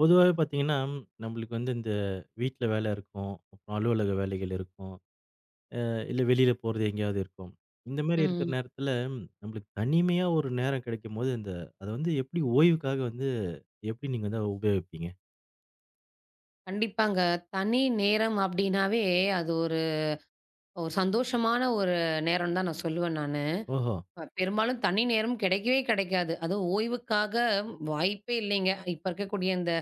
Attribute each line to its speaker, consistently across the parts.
Speaker 1: பொதுவாவே பார்த்தீங்கன்னா, நம்மளுக்கு வந்து இந்த வீட்ல வேலை இருக்கும். அப்புறம் அலுவலக வேலைகள் இருக்கும். இல்ல வெளியில போறது எங்கேயாவது இருக்கும். இந்த மாரி இருக்கிற
Speaker 2: ம்.
Speaker 1: நேரத்தில நம்மளுக்கு தனிமையா ஒரு நேரம் கிடைக்கும்போது, இந்த அத வந்து எப்படி ஓய்வுக்காக வந்து எப்படி நீங்க வந்து அதை உபயோகிப்பீங்க?
Speaker 2: கண்டிப்பாங்க. தனி நேரம் அப்டின்னாவே, அது ஒரு ஒரு சந்தோஷமான ஒரு நேரம் தான் நான் சொல்லுவேன் நானு.
Speaker 1: ஓஹோ!
Speaker 2: பெரும்பாலும் தனி நேரம் கிடைக்கவே கிடைக்காது. அதுவும் ஓய்வுக்காக வாய்ப்பே இல்லைங்க. இப்ப இருக்கக்கூடிய இந்த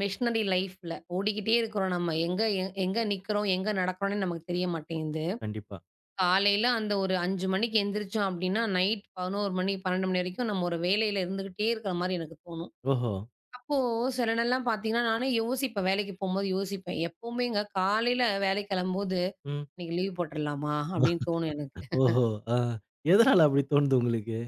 Speaker 2: மிஷினரி லைஃப்ல ஓடிக்கிட்டே இருக்கிறோம் நம்ம. எங்க நிக்கிறோம், எங்க நடக்கிறோம்னே நமக்கு தெரிய மாட்டேங்குது.
Speaker 1: கண்டிப்பா.
Speaker 2: காலையில அந்த ஒரு 5 மணிக்கு எந்திரிச்சோம் அப்டின்னா, நைட் 11 மணி, 12 மணி வரைக்கும் நம்ம ஒரு வேலையில இருந்துகிட்டே இருக்கிற மாரி எனக்கு தோணும்.
Speaker 1: ஓஹோ!
Speaker 2: அப்போ சில நாள்லாம் பார்த்தீங்கன்னா, நானே யோசிப்பேன். வேலைக்கு போம்போது யோசிப்பேன். எப்பவுமேங்க காலையில வேலைக்கு கிளம்பும்போது,
Speaker 1: ம்.
Speaker 2: "இன்னைக்கு லீவ் போட்டுறலாமா?" அப்படின்னு தோணும் எனக்கு.
Speaker 1: ஓஹோ! ஆ. எதனால அப்படி தோணுது உங்களுக்கு?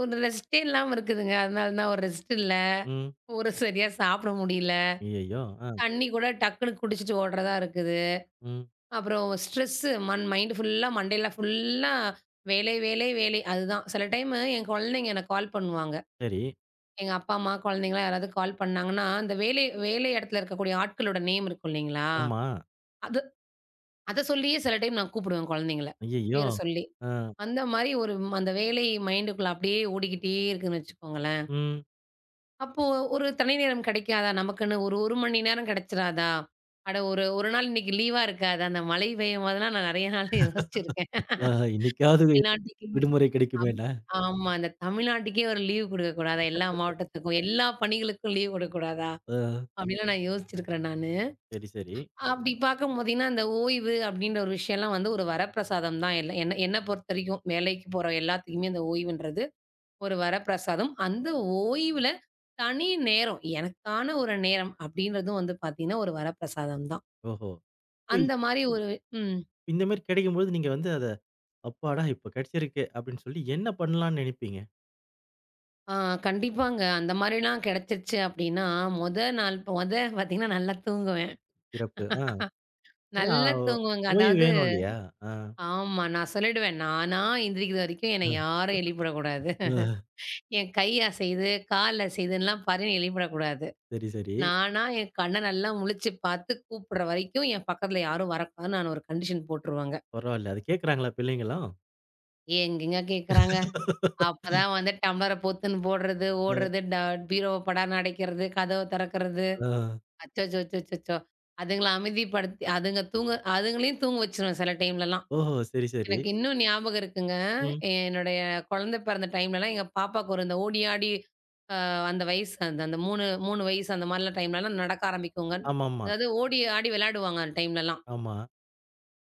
Speaker 2: ஒரு ரெஸ்ட்டே இல்லாம இருக்குதுங்க. அதனால தான் ஒரு ரெஸ்ட் இல்ல.
Speaker 1: ம்.
Speaker 2: ஒரு சரியா சாப்பிட முடியல.
Speaker 1: ஐயய்யோ! ஆ.
Speaker 2: தண்ணி கூட டக்குன்னு குடிச்சிட்டு ஓடுறதா இருக்குது.
Speaker 1: ம்.
Speaker 2: அப்புறம் ஸ்ட்ரெஸ்ஸு மைண்ட் ஃபுல்லா மண்டையில ஃபுல்லா வேலை, வேலை, வேலை. அதுதான். சில டைமு என் குழந்தைங்க எனக்கு கால் பண்ணுவாங்க.
Speaker 1: சரி.
Speaker 2: எங்க அப்பா, அம்மா, குழந்தைங்கலாம் யாராவது கால் பண்ணாங்கன்னா, இந்த வேலை வேலை இடத்துல இருக்கக்கூடிய ஆட்களோட நேம் இருக்கும் இல்லைங்களா?
Speaker 1: ஆமா.
Speaker 2: அது அத சொல்லியே சில டைம் நான் கூப்பிடுவேன் குழந்தைங்கள.
Speaker 1: ஐயய்யோ!
Speaker 2: பேர சொல்லி.
Speaker 1: ஆ.
Speaker 2: அந்த மாரி அந்த வேலை மைண்டுக்குள்ள அப்படியே ஓடிக்கிட்டே இருக்குன்னு வச்சுக்கோங்களேன்.
Speaker 1: ம்.
Speaker 2: அப்போ ஒரு தனி நேரம் கிடைக்காதா? நமக்குன்னு ஒரு 1 மணி நேரம் கிடைச்சிராதா? அட ஒரு 1 நாள் இன்னைக்கு லீவா இருக்காதா? அந்த மழை பெய்யும் போதெல்லாம் நான் நெறைய நாள் யோசிச்சிருக்கேன்.
Speaker 1: ஆஹா, இன்னைக்காவது
Speaker 2: தமிழ்நாட்டுக்கே
Speaker 1: விடுமுறை
Speaker 2: அம்
Speaker 1: கிடைக்குமேண்ணா.
Speaker 2: ஆமா. அந்த தமிழ்நாட்டுக்கே ஒரு லீவ் குடுக்கக்கூடாதா? எல்லா மாவட்டத்துக்கும், எல்லா பணிகளுக்கும் லீவ் குடுக்கக்கூடாதா?
Speaker 1: ஆ.
Speaker 2: அப்படிலாம் நான் யோசிச்சிருக்கிறேன் நானு.
Speaker 1: சரி, சரி.
Speaker 2: அப்படி பார்க்கும் போதீங்கன்னா, அந்த ஓய்வு அப்படின்ற ஒரு விஷயம்லாம் வந்து ஒரு வரப்பிரசாதம் தான். என்ன என்ன பொறுத்தவரைக்கும் வேலைக்கு போற எல்லாத்துக்குமே அந்த ஓய்வுன்றது ஒரு வரப்பிரசாதம். அந்த ஓய்வுல தனி நேரம், எனக்கான ஒரு நேரம் அப்படின்றதும் வந்து பார்த்தீங்கன்னா, ஒரு வரப்பிரசாதம் தான்.
Speaker 1: ஓஹோ! போய்
Speaker 2: அந்த மாரி ஒரு. ம்.
Speaker 1: இந்த மாரி கிடைக்கும்போது நீங்க வந்து அத, "அப்பாடா இப்ப கிடைச்சிருக்கு" அப்படின்னு சொல்லி என்ன பண்ணலாம்ன்னு நினைப்பீங்க?
Speaker 2: ஆ கண்டிப்பாங்க. அந்த மாரிலாம் கிடைச்சிருச்சு அப்படின்னா, மொத நாள் மொத பார்த்தீங்கன்னா நல்லா தூங்குவேன்.
Speaker 1: சிறப்பு. ஆ. ஏன்னா
Speaker 2: நல்லா தூங்குவேங்க.
Speaker 1: ஓய்வு
Speaker 2: அதாவது
Speaker 1: வேணும் இல்லையா? ஆ.
Speaker 2: ஆமா, நான் சொல்லிடுவேன். நானா எந்திரிக்கிற வரைக்கும் என்னை
Speaker 1: அ,
Speaker 2: யாரும் எழுப்பிடக்கூடாது.
Speaker 1: அ.
Speaker 2: என் கை அசையுது, கால் அசையுதுன்லாம் பாரு நீ எழுப்பிடக்கூடாது.
Speaker 1: சரி, சரி.
Speaker 2: நானா என் கண்ண நல்லா முழிச்சு பார்த்து கூப்பிடுற வரைக்கும், என் பக்கத்துல யாரும் வரக்கூடாதுன்னு நான் ஒரு கண்டிஷன் போட்டுருவேங்க.
Speaker 1: பரவால்ல. அது கேட்கறாங்களா பிள்ளைங்களும்?
Speaker 2: எங்கேங்க கேட்குறாங்க? அப்பதான் வந்து டம்ளர பொத்துன்னு போடுறது,
Speaker 1: அ,
Speaker 2: ஓடுறது, ட பீரோவ படார்னு அடைக்கிறது, கதவ திறக்கிறது.
Speaker 1: ஆ.
Speaker 2: அச்சச்சோ! அச்சச்சோ! அதுங்கள அமைதிப்படுத்தி அதுங்க தூங்க அதுங்களையும் தூங்க வச்சுருவேன் சில டைம்லலாம்.
Speaker 1: ஓஹோ! சரி, சரி.
Speaker 2: எனக்கு இன்னும் ஞாபகம் இருக்குங்க.
Speaker 1: ம்.
Speaker 2: என்னுடைய குழந்தை பிறந்த டைம்லலாம் எங்க பாப்பாக்கு ஒரு இந்த ஓடி ஆடி அ அந்த வயசு அந்த அந்த 3, 3 வயசு அந்த மாரிலாம் டைம்லலாம் நடக்க ஆரம்பிக்குங்க.
Speaker 1: ஆமாமா.
Speaker 2: அதாவது ஓடி ஆடி விளையாடுவாங்க அந்த டைம்லலாம்.
Speaker 1: ஆமா.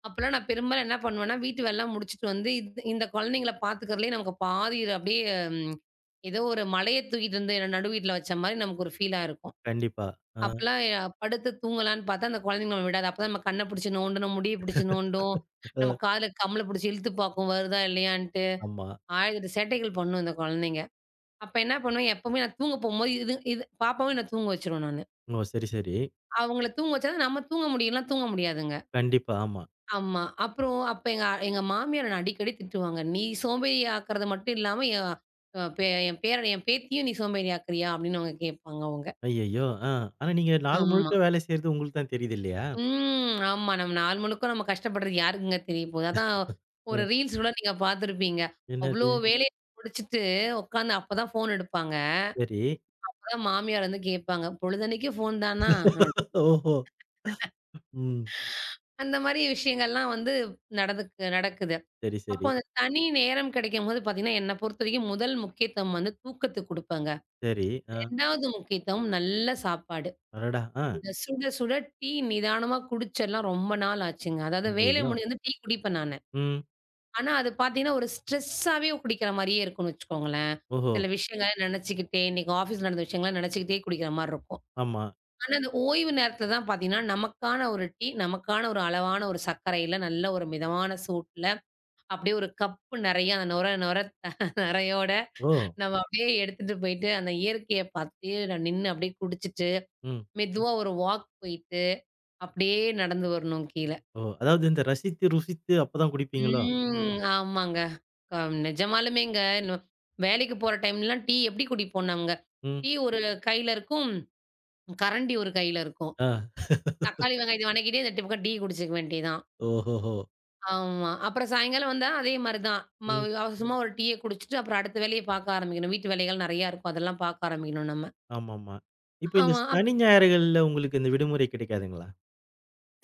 Speaker 2: அப்பலாம் நான் பெரும்பாலும் என்ன பண்ணுவேன்னா, வீட்டு வேலைலாம் முடிச்சுட்டு வந்து இந்த இந்த குழந்தைங்கள பார்த்துக்கிறதுலயே நமக்கு பாதி இது அப்படியே ம் ஏதோ ஒரு மலைய தூக்கிட்டு வந்து என்ன நடு வீட்ல வச்ச மாரி நமக்கு ஒரு ஃபீலா இருக்கும்.
Speaker 1: கண்டிப்பா. ஆ.
Speaker 2: அப்பலாம் படுத்து தூங்கலான்னு பார்த்தா அந்த குழந்தைங்க நம்மள விடாது. அப்பதான் நம்ம கண்ண பிடிச்சு நோண்டணும், முடிய பிடிச்சு நோண்டும், நம்ம
Speaker 1: அ.
Speaker 2: காதுல கம்மல பிடிச்சு இழுத்து பார்க்கும் வருதா இல்லையான்ட்டு.
Speaker 1: ஆமா.
Speaker 2: ஆயிரத்தெட்டு சேட்டைகள் பண்ணும் இந்த குழந்தைங்க. அப்ப என்ன பண்ணுவேன், எப்பவுமே நான் தூங்க போம்போது இது இது பாப்பாவையும் நான் தூங்க வச்சுருவேன் நானு.
Speaker 1: ஓ! சரி, சரி.
Speaker 2: அவங்கள தூங்க வச்சா தான் நம்ம தூங்க முடியும். இல்லனா தூங்க முடியாதுங்க.
Speaker 1: கண்டிப்பா. ஆமா.
Speaker 2: ஆமா. அப்புறம் எங்க எங்க மாமியார் என்ன அடிக்கடி திட்டுவாங்க. "நீ சோம்பேறி ஆக்குறது மட்டும் இல்லாம, என் அ பே என் பேரன என் பேத்தியும் நீ சோம்பேறி ஆக்குறியா?" அப்படின்னு அவங்க கேட்பாங்க அவங்க.
Speaker 1: ஐய்யய்யோ! ஆ. ஆனா நீங்க நாள்
Speaker 2: ஆமா.
Speaker 1: முழுக்க வேலை செய்றது உங்களுக்கு தான் தெரியுது இல்லையா?
Speaker 2: ம். ஆமா. நம்ம நாள் முழுக்க நம்ம கஷ்டப்படுறது யாருக்குங்க தெரிய போகுது. அதான்
Speaker 1: அ.
Speaker 2: ஒரு ரீல்ஸ் கூட நீங்க பார்த்துருப்பீங்க. அவ்ளோ.
Speaker 1: என்னது?
Speaker 2: வேலைய முடிச்சுட்டு உட்காந்து அப்பதான் ஃபோன் எடுப்பாங்க.
Speaker 1: சரி.
Speaker 2: அப்பதான் மாமியார் வந்து கேட்பாங்க. "பொழுதன்னைக்கு ஃபோன் தானா?" அப்
Speaker 1: ஓஹோ! ம்.
Speaker 2: அந்த மாரி விஷயங்கள்லாம் வந்து நடந்துக்கு நடக்குது.
Speaker 1: சரி,
Speaker 2: அப்போ
Speaker 1: சரி,
Speaker 2: அந்த தனி நேரம் கிடைக்கும்போது பார்த்தீங்கன்னா, என்ன பொறுத்தவரைக்கும் முதல் முக்கியத்துவம் வந்து தூக்கத்துக்கு குடுப்பேங்க.
Speaker 1: சரி. ஆ.
Speaker 2: 2வது முக்கியத்துவம் நல்ல சாப்பாடு.
Speaker 1: அடடா! ஆ.
Speaker 2: இந்த சுட சுட டீ நிதானமா குடிச்செல்லாம் ரொம்ப நாள் ஆச்சுங்க. அதாவது வேலை
Speaker 1: ஐயய்யோ!
Speaker 2: முடிஞ்சு வந்து டீ குடிப்பேன் நானு.
Speaker 1: ம்.
Speaker 2: ஆனா அது பார்த்தீங்கன்னா, ஒரு ஸ்ட்ரெஸ்ஸாவே குடிக்கிற மாரியே இருக்கும்னு வச்சுக்கோங்களேன்.
Speaker 1: ஓஹோ!
Speaker 2: சில விஷயங்கள நெனச்சுக்கிட்டே, இன்னைக்கு ஆஃபீஸ் நடந்த விஷயங்கள நெனச்சுக்கிட்டே குடிக்கிற மாரி இருக்கும்.
Speaker 1: ஆமா.
Speaker 2: ஆனா, அந்த ஓய்வு நேரத்துல தான் பாத்தீங்கன்னா, நமக்கான ஒரு டீ, நமக்கான ஒரு அளவான ஒரு சர்க்கரையில, நல்ல ஒரு மிதமான சூட்ல, அப்படியே ஒரு கப்பு நெறைய அந்த நொர நொர நெறையோட
Speaker 1: ஓ!
Speaker 2: நம்ம அப்படியே எடுத்துட்டு போயிட்டு, அந்த இயற்கைய பாத்துட்டே நான் நின்னு அப்படியே குடிச்சிட்டு,
Speaker 1: ம்.
Speaker 2: மெதுவா ஒரு வாக் போயிட்டு, அப்படியே நடந்து வரணும் கீழ.
Speaker 1: ஓ! அதாவது இந்த ரசித்து, ருசித்து அப்பதான் குடிப்பீங்களோ?
Speaker 2: ம். ம். ஆமாங்க. அ நிஜமாலுமேங்க. நொ வேலைக்கு போற டைம்லலாம் டீ எப்படி குடிப்போம் நாங்க?
Speaker 1: ம்.
Speaker 2: டீ ஒரு கையில இருக்கும், கரண்டி ஒரு கையில இருக்கும்.
Speaker 1: ஆ.
Speaker 2: தக்காளி வெங்காயத்த வணக்கிட்டே இந்த பக்கம் டீ குடிச்சுக்க வேண்டியது தான்.
Speaker 1: ஓஹோஹோ!
Speaker 2: ஆமா. அப்புறம் சாயங்காலம் வந்தா அதே மாரி தான்.
Speaker 1: ம்.
Speaker 2: அவசரமா ஒரு டீய குடிச்சுட்டு, அப்புறம் அடுத்த வேலைய பாக்க ஆரம்பிக்கணும். வீட்டு வேலைகள் நெறையா இருக்கும். அதெல்லாம் பாக்க ஆரம்பிக்கணும் நம்ம.
Speaker 1: ஆமாமா. இப்ப இந்த
Speaker 2: ஆமா.
Speaker 1: சனி, ஞாயிறுகள்ல உங்களுக்கு இந்த விடுமுறை கிடைக்காதுங்களா?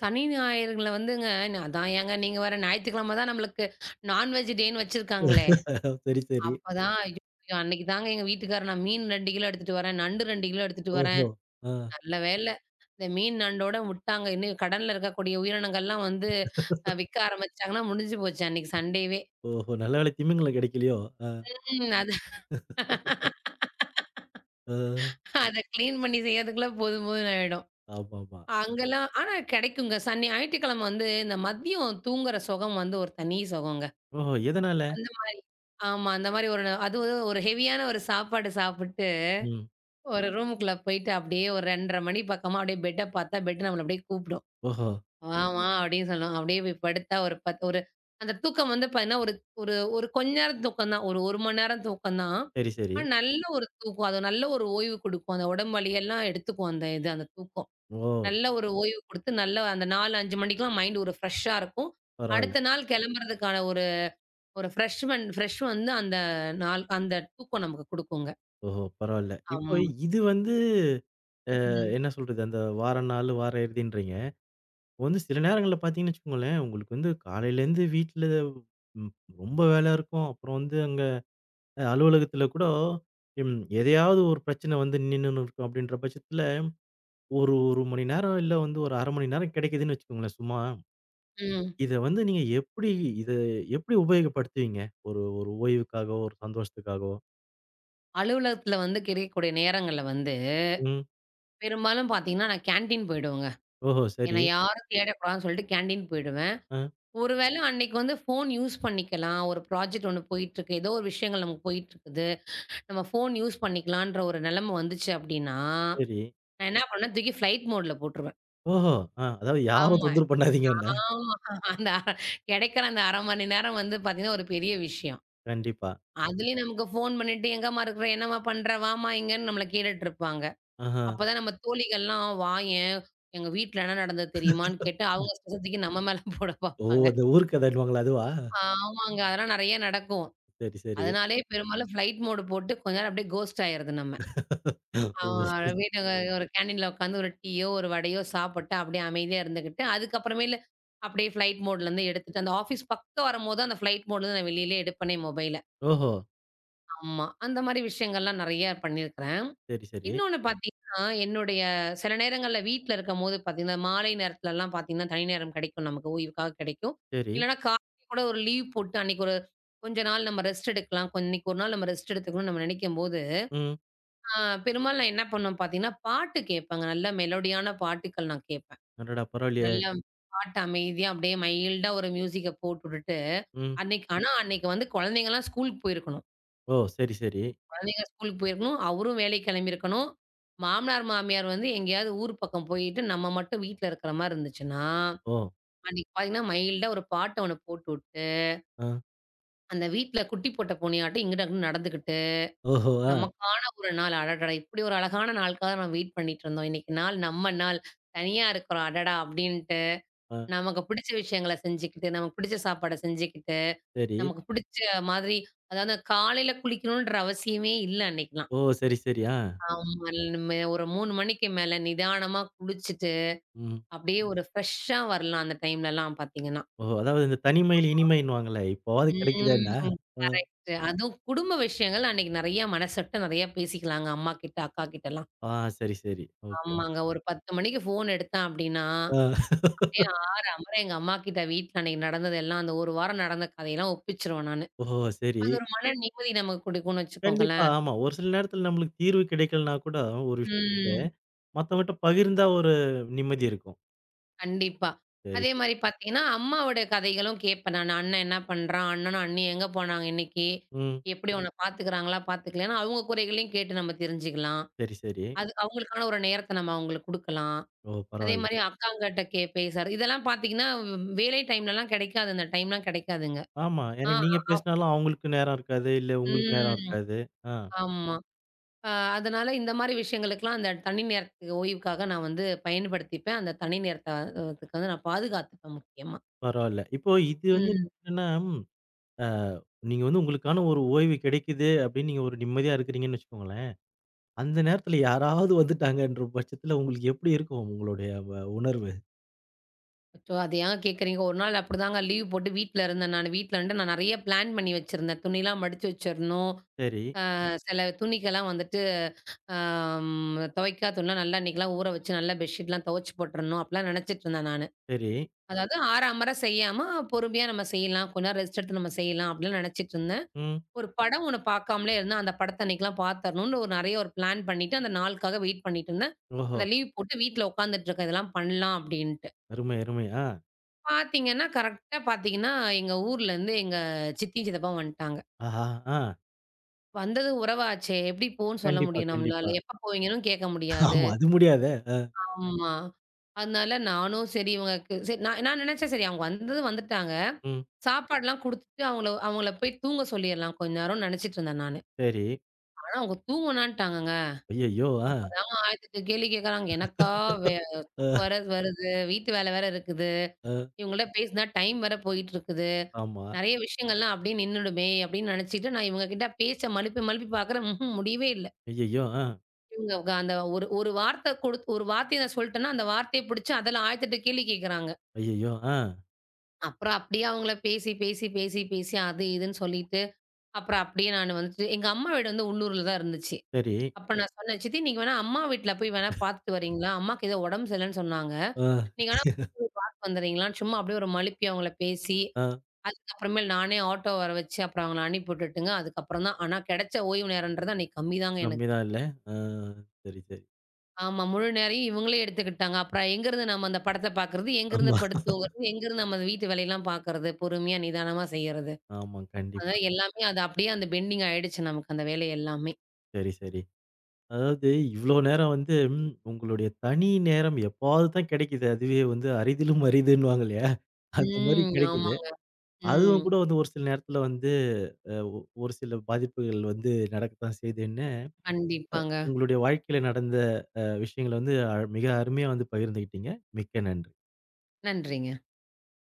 Speaker 2: சனி ஞாயிறுகள வந்துங்க, அதான் ஏங்க நீங்க வேற ஞாயித்துக்கிழமை தான் நம்மளுக்கு நான்வெஜ் டேன்னு வச்சிருக்காங்களே!
Speaker 1: சரி, சரி.
Speaker 2: அப்பதான் ஐயோ! ஐயோ, அன்னைக்கு தாங்க எங்க வீட்டுக்காரர் நான் மீன் 2 கிலோ எடுத்துட்டு வரேன், நண்டு 2 கிலோ எடுத்துட்டு வரேன்.
Speaker 1: ஓஹோ! ஆ.
Speaker 2: நல்ல வேல. இந்த மீன் நண்டோட விட்டாங்க. இன்னும் கடல்ல இருக்கக்கூடிய உயிரினங்கள்லாம் வந்து விக்க ஆரம்பிச்சுட்டாங்கன்னா முடிஞ்சு போச்சு அன்னைக்கு சண்டேவே.
Speaker 1: ஓஹோ! நல்ல வேளை திமிங்கலம் கிடைக்கலையோ! ஆ.
Speaker 2: ம். அது
Speaker 1: ஆ.
Speaker 2: அத கிளீன் பண்ணி செய்யறதுக்குள்ள போதும் போதும்ன்னு ஆயிடும்.
Speaker 1: ஆமாமா.
Speaker 2: அங்கலாம் ஆனா கிடைக்குங்க. சனி ஞாயிற்றுக்கிழமை வந்து இந்த மதியம் தூங்குற சுகம் வந்து ஒரு தனி சுகங்க.
Speaker 1: ஓஹோ! எதனால?
Speaker 2: அந்த ம- ஆமா. அந்த மாரி அது ஒரு ஒரு ஹெவியான ஒரு சாப்பாடு சாப்பிட்டு,
Speaker 1: ம்.
Speaker 2: ஒரு ரூமுக்குள்ள போயிட்டு அப்படியே ஒரு 2:30 மணி பக்கமா அப்படியே பெட்ட பார்த்தா, பெட் நம்மள அப்படியே கூப்பிடும்.
Speaker 1: ஓஹோ!
Speaker 2: "வா, வா" அப்படின்னு சொல்லும். அப்படியே போய் படுத்தா ஒரு 10 ஒரு அந்த தூக்கம் வந்து பார்த்தீங்கன்னா, ஒரு ஒரு ஒரு கொஞ்ச நேரம் தூக்கம் தான். ஒரு 1 மணி நேரம் தூக்கம் தான்.
Speaker 1: சரி, சரி.
Speaker 2: ஆனா நல்ல ஒரு தூக்கம். அது நல்ல ஒரு ஓய்வு குடுக்கும். அந்த உடம்பு வலி எல்லாம் எடுத்துக்கும் அந்த இது அந்த தூக்கம்.
Speaker 1: ஓ!
Speaker 2: நல்ல ஒரு ஓய்வு குடுத்து, நல்ல அந்த 4, 5 மணிக்கெல்லாம் மைண்ட் ஒரு ஃப்ரெஷ்ஷா இருக்கும்.
Speaker 1: பரவால்ல.
Speaker 2: அடுத்த நாள் கிளம்புறதுக்கான ஒரு ஒரு ஃப்ரெஷ்மன் ஃப்ரெஷ் வந்து அந்த நாள் அந்த தூக்கம் நமக்கு குடுக்குங்க.
Speaker 1: ஓஹோ! பரவால்ல. இப்போ
Speaker 2: ஆமா.
Speaker 1: இது வந்து
Speaker 2: ம்.
Speaker 1: என்ன சொல்றது? அந்த வார நாளு, வார இறுதின்றீங்க. வந்து சில நேரங்கள்ல பார்த்தீங்கன்னு வச்சுக்கோங்களேன், உங்களுக்கு வந்து காலையிலேருந்து வீட்ல ம் ரொம்ப வேலை இருக்கும். அப்புறம் வந்து அங்க அலுவலகத்தில கூட ம் எதையாவது ஒரு பிரச்சனை வந்து நின்னுன்னு இருக்கும். அப்படின்ற பட்சத்தில ஒரு 1 மணி நேரம் இல்ல வந்து ஒரு 1/2 மணி நேரம் கிடைக்குதுன்னு வச்சுக்கோங்களேன் சும்மா.
Speaker 2: ம்.
Speaker 1: இத வந்து நீங்க எப்படி இத எப்படி உபயோகப்படுத்துவீங்க? ஒரு ஒரு ஓய்வுக்காகவோ, ஒரு சந்தோஷத்துக்காகவோ?
Speaker 2: அலுவலகத்துல வந்து கிடைக்கக்கூடிய நேரங்கள்ல வந்து,
Speaker 1: ம்.
Speaker 2: பெரும்பாலும் பார்த்தீங்கன்னா, நான் கேன்டீன் போயிடுவேங்க.
Speaker 1: ஓஹோ! சரி.
Speaker 2: என்ன யாரும் தேடக்கூடாதுன்னு சொல்லிட்டு கேன்டீன் போயிடுவேன்.
Speaker 1: ஆ
Speaker 2: ஒரு வேளை அன்னைக்கு வந்து ஃபோன் யூஸ் பண்ணிக்கலாம். ஒரு ப்ராஜெக்ட் ஒண்ணு போயிட்டுருக்கு. ஏதோ ஒரு விஷயங்கள் நமக்கு போயிட்டுருக்குது. நம்ம ஃபோன் யூஸ் பண்ணிக்கலான்ற ஒரு நிலைமை வந்துச்சு அப்படின்னா,
Speaker 1: சரி.
Speaker 2: நான் என்ன பண்ணுவேன், தூக்கி ஃப்ளைட் மோட்ல போட்டுருவேன்.
Speaker 1: ஓஹோ! ஆ அதாவது யாரும்
Speaker 2: ஆமா.
Speaker 1: தொந்தரவு பண்ணாதீங்க என்ன.
Speaker 2: ஆமா. அந்த அர- கிடைக்கிற அந்த 1/2 மணி நேரம் வந்து பார்த்தீங்கன்னா, ஒரு பெரிய விஷயம்.
Speaker 1: கண்டிப்பா.
Speaker 2: அதுலயும் நமக்கு ஃபோன் பண்ணிட்டு, "எங்கம்மா இருக்கிற? என்னம்மா பண்ற? வாம்மா இங்கன்னு" நம்மள கேட்டுட்டு இருப்பாங்க.
Speaker 1: ஆஹ.
Speaker 2: அப்பதான் நம்ம தோழிகள்லாம் வாயேன், "எங்க வீட்ல என்ன நடந்தது தெரியுமான்னு?" கேட்டு அவங்க ஸ்ட்ரெஸ்ஸ நம்ம மேல போட
Speaker 1: ஓ!
Speaker 2: பார்ப்பாங்க.
Speaker 1: அந்த ஊர் கதைன்னுவாங்களே அதுவா?
Speaker 2: ஆமாங்க. அதெல்லாம் நெறைய நடக்கும்.
Speaker 1: சரி, சரி.
Speaker 2: அதனாலேயே பெரும்பாலும் ஃப்ளைட் மோடு போட்டு கொஞ்ச நேரம் அப்படியே கோஸ்ட் ஆயிறது நம்ம. ஆமா.
Speaker 1: ஓ!
Speaker 2: வீட்டுக்கு ஒரு கேண்டீன்ல உட்காந்து ஒரு டீயோ, ஒரு வடையோ சாப்பிட்டு அப்படியே அமைதியா இருந்துகிட்டு, அதுக்கப்புறமேலு அப்படியே ஃப்ளைட் மோட்ல இருந்து எடுத்துட்டு, அந்த ஆஃபீஸ் பக்கம் வரும்போது அந்த ஃப்ளைட் மோட்ல இருந்து நான் வெளியிலே எடுப்பேனே மொபைல.
Speaker 1: ஓஹோ!
Speaker 2: ஆமா. அந்த மாரி விஷயங்கள்லாம் நெறைய பண்ணியிருக்கிறேன்.
Speaker 1: சரி, சரி.
Speaker 2: இன்னொன்னு பார்த்தீங்கன்னா, என்னுடைய சில நேரங்கள்ல வீட்ல இருக்கும்போது பார்த்தீங்கன்னா, மாலை நேரத்துலலாம் பார்த்தீங்கன்னா, தனி நேரம் கிடைக்கும் நமக்கு. ஓய்வுக்காக கிடைக்கும்.
Speaker 1: சரி.
Speaker 2: இல்லன்னா காலையில கூட ஒரு லீவ் போட்டு அன்னைக்கு ஒரு கொஞ்ச நாள் நம்ம ரெஸ்ட் எடுக்கலாம். இன்னைக்கு ஒரு நாள் நம்ம ரெஸ்ட் எடுத்துக்கணும்னு நம்ம நெனைக்கும்போது,
Speaker 1: ம்.
Speaker 2: பெரும்பாலும் நான் என்ன பண்ணுவேன் பார்த்தீங்கன்னா, பாட்டு கேட்பேங்க. நல்ல மெலோடியான பாட்டுக்கள் நான் கேட்பேன்.
Speaker 1: அடடா! பரவாயில்லையே!
Speaker 2: நல்லா பாட்டு அமைதியா அப்படியே மைல்டா ஒரு மியூசிக்க போட்டுட்டுட்டு,
Speaker 1: ம்.
Speaker 2: அன்னைக்கு ஆனா அன்னைக்கு வந்து குழந்தைங்கலாம் ஸ்கூலுக்கு போயிருக்கணும்.
Speaker 1: ஓ! சரி, சரி.
Speaker 2: குழந்தைங்க ஸ்கூலுக்கு போயிருக்கணும். அவரும் வேலைக்கு கிளம்பியிருக்கணும். மாமனார், மாமியார் வந்து எங்கேயாவது ஊர் பக்கம் போயிட்டு, நம்ம மட்டும் வீட்ல இருக்கிற மாரி இருந்துச்சுன்னா,
Speaker 1: ஓ!
Speaker 2: அன்னைக்கு பார்த்தீங்கன்னா, மைல்டா ஒரு பாட்ட ஒண்ணு போட்டுட்டு,
Speaker 1: ஆ.
Speaker 2: அந்த வீட்ல குட்டி போட்ட பூனையாட்டம் இங்கிட்டு அங்கிட்டு நடந்துகிட்டு
Speaker 1: ஓஹோ! ஆ.
Speaker 2: நமக்கான ஒரு நாள். அடடா! இப்படி ஒரு அழகான நாளுக்காக நம்ம வெயிட் பண்ணிட்டுருந்தோம். இன்னைக்கு நாள் நம்ம நாள். தனியா இருக்கிறோம் அடடா! அப்படின்ட்டு,
Speaker 1: ஆ.
Speaker 2: நமக்கு பிடிச்ச விஷயங்கள செஞ்சுக்கிட்டு, நமக்கு பிடிச்ச சாப்பாட செஞ்சுக்கிட்டு,
Speaker 1: சரி.
Speaker 2: நமக்கு பிடிச்ச மாதிரி அதாவது காலையில குளிக்கணுன்ற அவசியமே இல்ல அன்னைக்கலாம்.
Speaker 1: ஓ! சரி, சரி. ஆ.
Speaker 2: ஆமா. நம்ம ஒரு 3 மணிக்கு மேல நிதானமா குளிச்சுட்டு,
Speaker 1: ம்.
Speaker 2: அப்படியே ஒரு ஃப்ரெஷ்ஷா வரலாம் அந்த டைம்லலாம் பார்த்தீங்கன்னா.
Speaker 1: ஓஹோ! அதாவது இந்த தனிமையில் இனிமைன்னுவாங்களே, இப்போவாது கிடைக்குதேன்னா?
Speaker 2: ம்.
Speaker 1: ஆ.
Speaker 2: கரெக்ட்டு. அதுவும் குடும்ப விஷயங்கள் அன்னைக்கு நெறைய மனசு விட்டு நெறைய பேசிக்கலாங்க அம்மா கிட்ட, அக்கா கிட்டலாம்.
Speaker 1: ஆ சரி, சரி. ஓகே.
Speaker 2: ஆமாங்க. ஒரு 10 மணிக்கு ஃபோன் எடுத்தேன் அப்டின்னா,
Speaker 1: ஆ.
Speaker 2: அப்படியே ஆற அமர எங்க அம்மாகிட்ட வீட்ல அன்னைக்கு நடந்தது எல்லாம், அந்த 1 வாரம் நடந்த கதையெல்லாம் ஒப்பிச்சுருவேன் நானு.
Speaker 1: ஓஹோ! சரி.
Speaker 2: அது ஒரு மன நிம்மதி நமக்கு குடுக்கும்னு
Speaker 1: கண்டிப்பா.
Speaker 2: வச்சுக்கோங்களேன்.
Speaker 1: ஆமா. ஒரு சில நேரத்தில நம்மளுக்கு தீர்வு கிடைக்கலன்னா கூட, ஒரு விஷயத்துக்கு
Speaker 2: ம்.
Speaker 1: மத்தவங்கட்ட பகிர்ந்தா ஒரு நிம்மதி இருக்கும்.
Speaker 2: கண்டிப்பா.
Speaker 1: சரி,
Speaker 2: அதே
Speaker 1: சரி.
Speaker 2: மாரி பாத்தீங்கன்னா, அம்மாவோடைய கதைகளும் கேட்பேன் நானு. அண்ணன் என்ன பண்றான்? அண்ணனும் அண்ணியும் எங்க போனாங்க இன்னைக்கு?
Speaker 1: ம்.
Speaker 2: எப்படி உன்ன பாத்துக்கிறாங்களா? பாத்துக்கலையான்னு அவங்க குறைகளையும் கேட்டு நம்ம தெரிஞ்சுக்கலாம்.
Speaker 1: சரி, சரி.
Speaker 2: அது அவங்களுக்கான ஒரு நேரத்த நம்ம அவங்களுக்கு குடுக்கலாம்.
Speaker 1: ஓ!
Speaker 2: அதே
Speaker 1: பரவால்ல.
Speaker 2: மாரி அக்காங்கிட்ட பேசுறது. இதெல்லாம் பாத்தீங்கன்னா, வேலை டைம்லலாம் கெடைக்காது. அந்த டைம்லாம் கெடைக்காதுங்க.
Speaker 1: ஆமா.
Speaker 2: ஆ,
Speaker 1: ஏன்னா நீங்க
Speaker 2: அ, அப்
Speaker 1: பேசினாலும் அவங்களுக்கு நேரம் இருக்காது. இல்ல உங்களுக்கு நேரம்
Speaker 2: ம்.
Speaker 1: இருக்காது. ஆ
Speaker 2: ஆமா. அ அதனால இந்த மாரி விஷயங்களுக்கெல்லாம் அந்த தனி நேரத்துக்கு ஓய்வுக்காக நான் வந்து பயன்படுத்திப்பேன். அந்த தனி நேரத்த அதுக்கு வந்து நான் பாதுகாத்துப்பேன் முக்கியமா.
Speaker 1: பரவால்ல. இப்போ இது வந்து
Speaker 2: ம்.
Speaker 1: என்னன்னா, அ நீங்க வந்து உங்களுக்கான ஒரு ஓய்வு கிடைக்குது அப்படின்னு நீங்க ஒரு நிம்மதியா இருக்கிறீங்கன்னு வச்சுக்கோங்களேன். அந்த நேரத்துல யாராவது வந்துட்டாங்கன்ற பட்சத்துல உங்களுக்கு எப்படி இருக்கும் உங்களுடைய உணர்வு?
Speaker 2: அச்சோ! அத ஏன் கேட்குறீங்க? ஒரு நாள் அப்படிதாங்க லீவ் போட்டு வீட்ல இருந்தேன் நானு. வீட்ல இருந்துட்டு நான் நெறைய பிளான் பண்ணி வச்சிருந்தேன். துணிலாம் மடிச்சு வச்சிரணும்.
Speaker 1: சரி,
Speaker 2: அ சில துணிக்கெல்லாம் வந்துட்டு துவைக்காத துணிலாம் நல்லா இன்னைக்கெல்லாம் ஊற வச்சு நல்லா பெட்ஷீட்லாம் துவைச்சு போட்டுறணும். அப்படிலாம் நெனச்சிட்டு இருந்தேன் நானு.
Speaker 1: சரி.
Speaker 2: அதாவது ஆறாமர செய்யாம பொறுமையா நம்ம செய்யலாம். கொஞ்ச நேரம் ரெஸ்ட் எடுத்து நம்ம செய்யலாம். அப்படிலாம் நெனச்சிட்டு இருந்தேன்.
Speaker 1: ம்.
Speaker 2: ஒரு படம் ஒண்ணு பார்க்காமலே இருந்தேன். அந்த படத்த அன்னைக்குலாம் பார்த்துரணும்னு ஒரு நெறைய ஒரு பிளான் பண்ணிட்டு, அந்த நாளுக்காக வெயிட் பண்ணிட்டு இருந்தேன்.
Speaker 1: ஓஹோ!
Speaker 2: அந்த லீவ் போட்டு வீட்ல உட்காந்துட்டு இருக்கேன். இதெல்லாம் பண்ணலாம் அப்டின்ட்டு.
Speaker 1: அருமை, அருமை. ஆ.
Speaker 2: பார்த்தீங்கன்னா, கரெக்ட்டா பார்த்தீங்கன்னா, எங்க ஊர்லருந்து எங்க சித்தியும், சித்தப்பாவும் வந்ட்டாங்க.
Speaker 1: ஆஹா! ஆ.
Speaker 2: வந்தது உறவாச்சே! எப்டி போன்னு சொல்ல
Speaker 1: கண்டிப்பா,
Speaker 2: முடியும்
Speaker 1: கண்டிப்பா.
Speaker 2: நம்மளால? எப்ப போவீங்கன்னும் கேட்க முடியாது.
Speaker 1: ஆமா. அது முடியாதே.
Speaker 2: ஆமா. அதனால நானும் சரி இவங்களுக்கு சரி நான் நான் நெனச்சேன் சரி அவங்க வந்தது வந்துட்டாங்க.
Speaker 1: ம்.
Speaker 2: சாப்பாடுலாம் குடுத்துட்டு அவங்கள அவங்கள போய் தூங்க சொல்லிர்லாம் கொஞ்ச நேரம்னு நெனச்சிட்டு இருந்தேன் நானு.
Speaker 1: சரி.
Speaker 2: ஆனா அவங்க தூங்கவேணான்ட்டாங்கங்க.
Speaker 1: ஐயய்யோ! ஆ.
Speaker 2: அப்பதான் 1008 கேள்வி கேட்கறாங்க. எனக்கா வே தூக்கம்
Speaker 1: அ,
Speaker 2: வேற வருது. வீட்டு வேலை வேற இருக்குது.
Speaker 1: அ.
Speaker 2: இவங்கள்ட்ட பேசினா டைம் வேற போயிட்டு இருக்குது.
Speaker 1: ஆமா.
Speaker 2: நெறைய விஷயங்கள்லாம் அப்படியே நின்னுடுமே அப்படின்னு நினைச்சுட்டு நான் இவங்க கிட்ட பேச்ச மழுப்பி மழுப்பி பார்க்குறேன். முடியவே இல்ல.
Speaker 1: ஐயய்யோ! ஆ.
Speaker 2: இவங்க க அந்த ஒரு ஒரு வார்த்தை குடுத் ஒரு வார்த்தைய நான் சொல்ட்டேன்னா, அந்த வார்த்தைய பிடிச்சு அதுல 1008 கேள்வி கேட்கறாங்க.
Speaker 1: ஐயய்யோ! ஆ.
Speaker 2: அப்புறம் அப்படியே அவங்கள பேசி, பேசி, பேசி, பேசி அது இதுன்னு சொல்லிட்டு, அப்புறம் அப்படியே நான் வந்துட்டு எங்க அம்மா வீடு வந்து உள்ளூர்ல தான் இருந்துச்சு.
Speaker 1: சரி.
Speaker 2: அப்ப நான் சொன்னேன், "சித்தி நீங்க வேணா அம்மா வீட்ல போய் வேணா பார்த்துட்டு வரீங்களா? அம்மாக்கு ஏதோ உடம்பு சரியில்லன்னு சொன்னாங்க."
Speaker 1: ஆ,
Speaker 2: நீங்க ஆனா வந்துர்றீங்களான்னு சும்மா அப்படியே ஒரு மழுப்பி அவங்கள பேசி,
Speaker 1: ஆ.
Speaker 2: அதுக்கப்புறமேல் நானே ஆட்டோ வர வச்சு, அப்புறம் அவங்கள அனுப்பி விட்டுட்டுங்க. அதுக்கப்புறம் தான் ஆனா கிடைச்ச ஓய்வு நேரம்ன்றது அன்னைக்கு கம்மி தாங்க
Speaker 1: கம்மி
Speaker 2: எனக்கு.
Speaker 1: தான் இல்ல? ஆ சரி, சரி.
Speaker 2: ஆமா. முழு நேரையும் இவங்களே எடுத்துக்கிட்டாங்க. அப்புறம் எங்கருந்து நம்ம அந்த படத்த பார்க்கறது, எங்கருந்து
Speaker 1: ஆமா.
Speaker 2: படுத்து தூங்குறது, எங்கருந்து நம்ம வீட்டு வேலையெல்லாம் பார்க்கறது, பொறுமையா நிதானமா செய்யறது.
Speaker 1: ஆமா, கண்டிப்பா.
Speaker 2: அதான் எல்லாமே அது அப்படியே அந்த பெண்டிங் ஆயிடுச்சு நமக்கு அந்த வேலை எல்லாமே.
Speaker 1: சரி, சரி. அதாவது இவ்ளோ நேரம் வந்து ம் உங்களுடைய தனி நேரம் எப்பாவது தான் கிடைக்குது. அதுவே வந்து அரிதிலும் அரிதுன்னுவாங்க இல்லையா? அந்த மாரி
Speaker 2: ம்.
Speaker 1: கிடைக்குது.
Speaker 2: ஆமாங்க.
Speaker 1: அதுவும்
Speaker 2: ம்.
Speaker 1: கூட வந்து ஒரு சில நேரத்துல வந்து அ ஒ ஒரு சில பாதிப்புகள் வந்து நடக்கத்தான் செய்துன்னு,
Speaker 2: கண்டிப்பாங்க.
Speaker 1: உங்களுடைய வாழ்க்கையில நடந்த விஷயங்கள வந்து மிக அருமையா வந்து பகிர்ந்துகிட்டீங்க. மிக்க நன்றி.
Speaker 2: நன்றிங்க.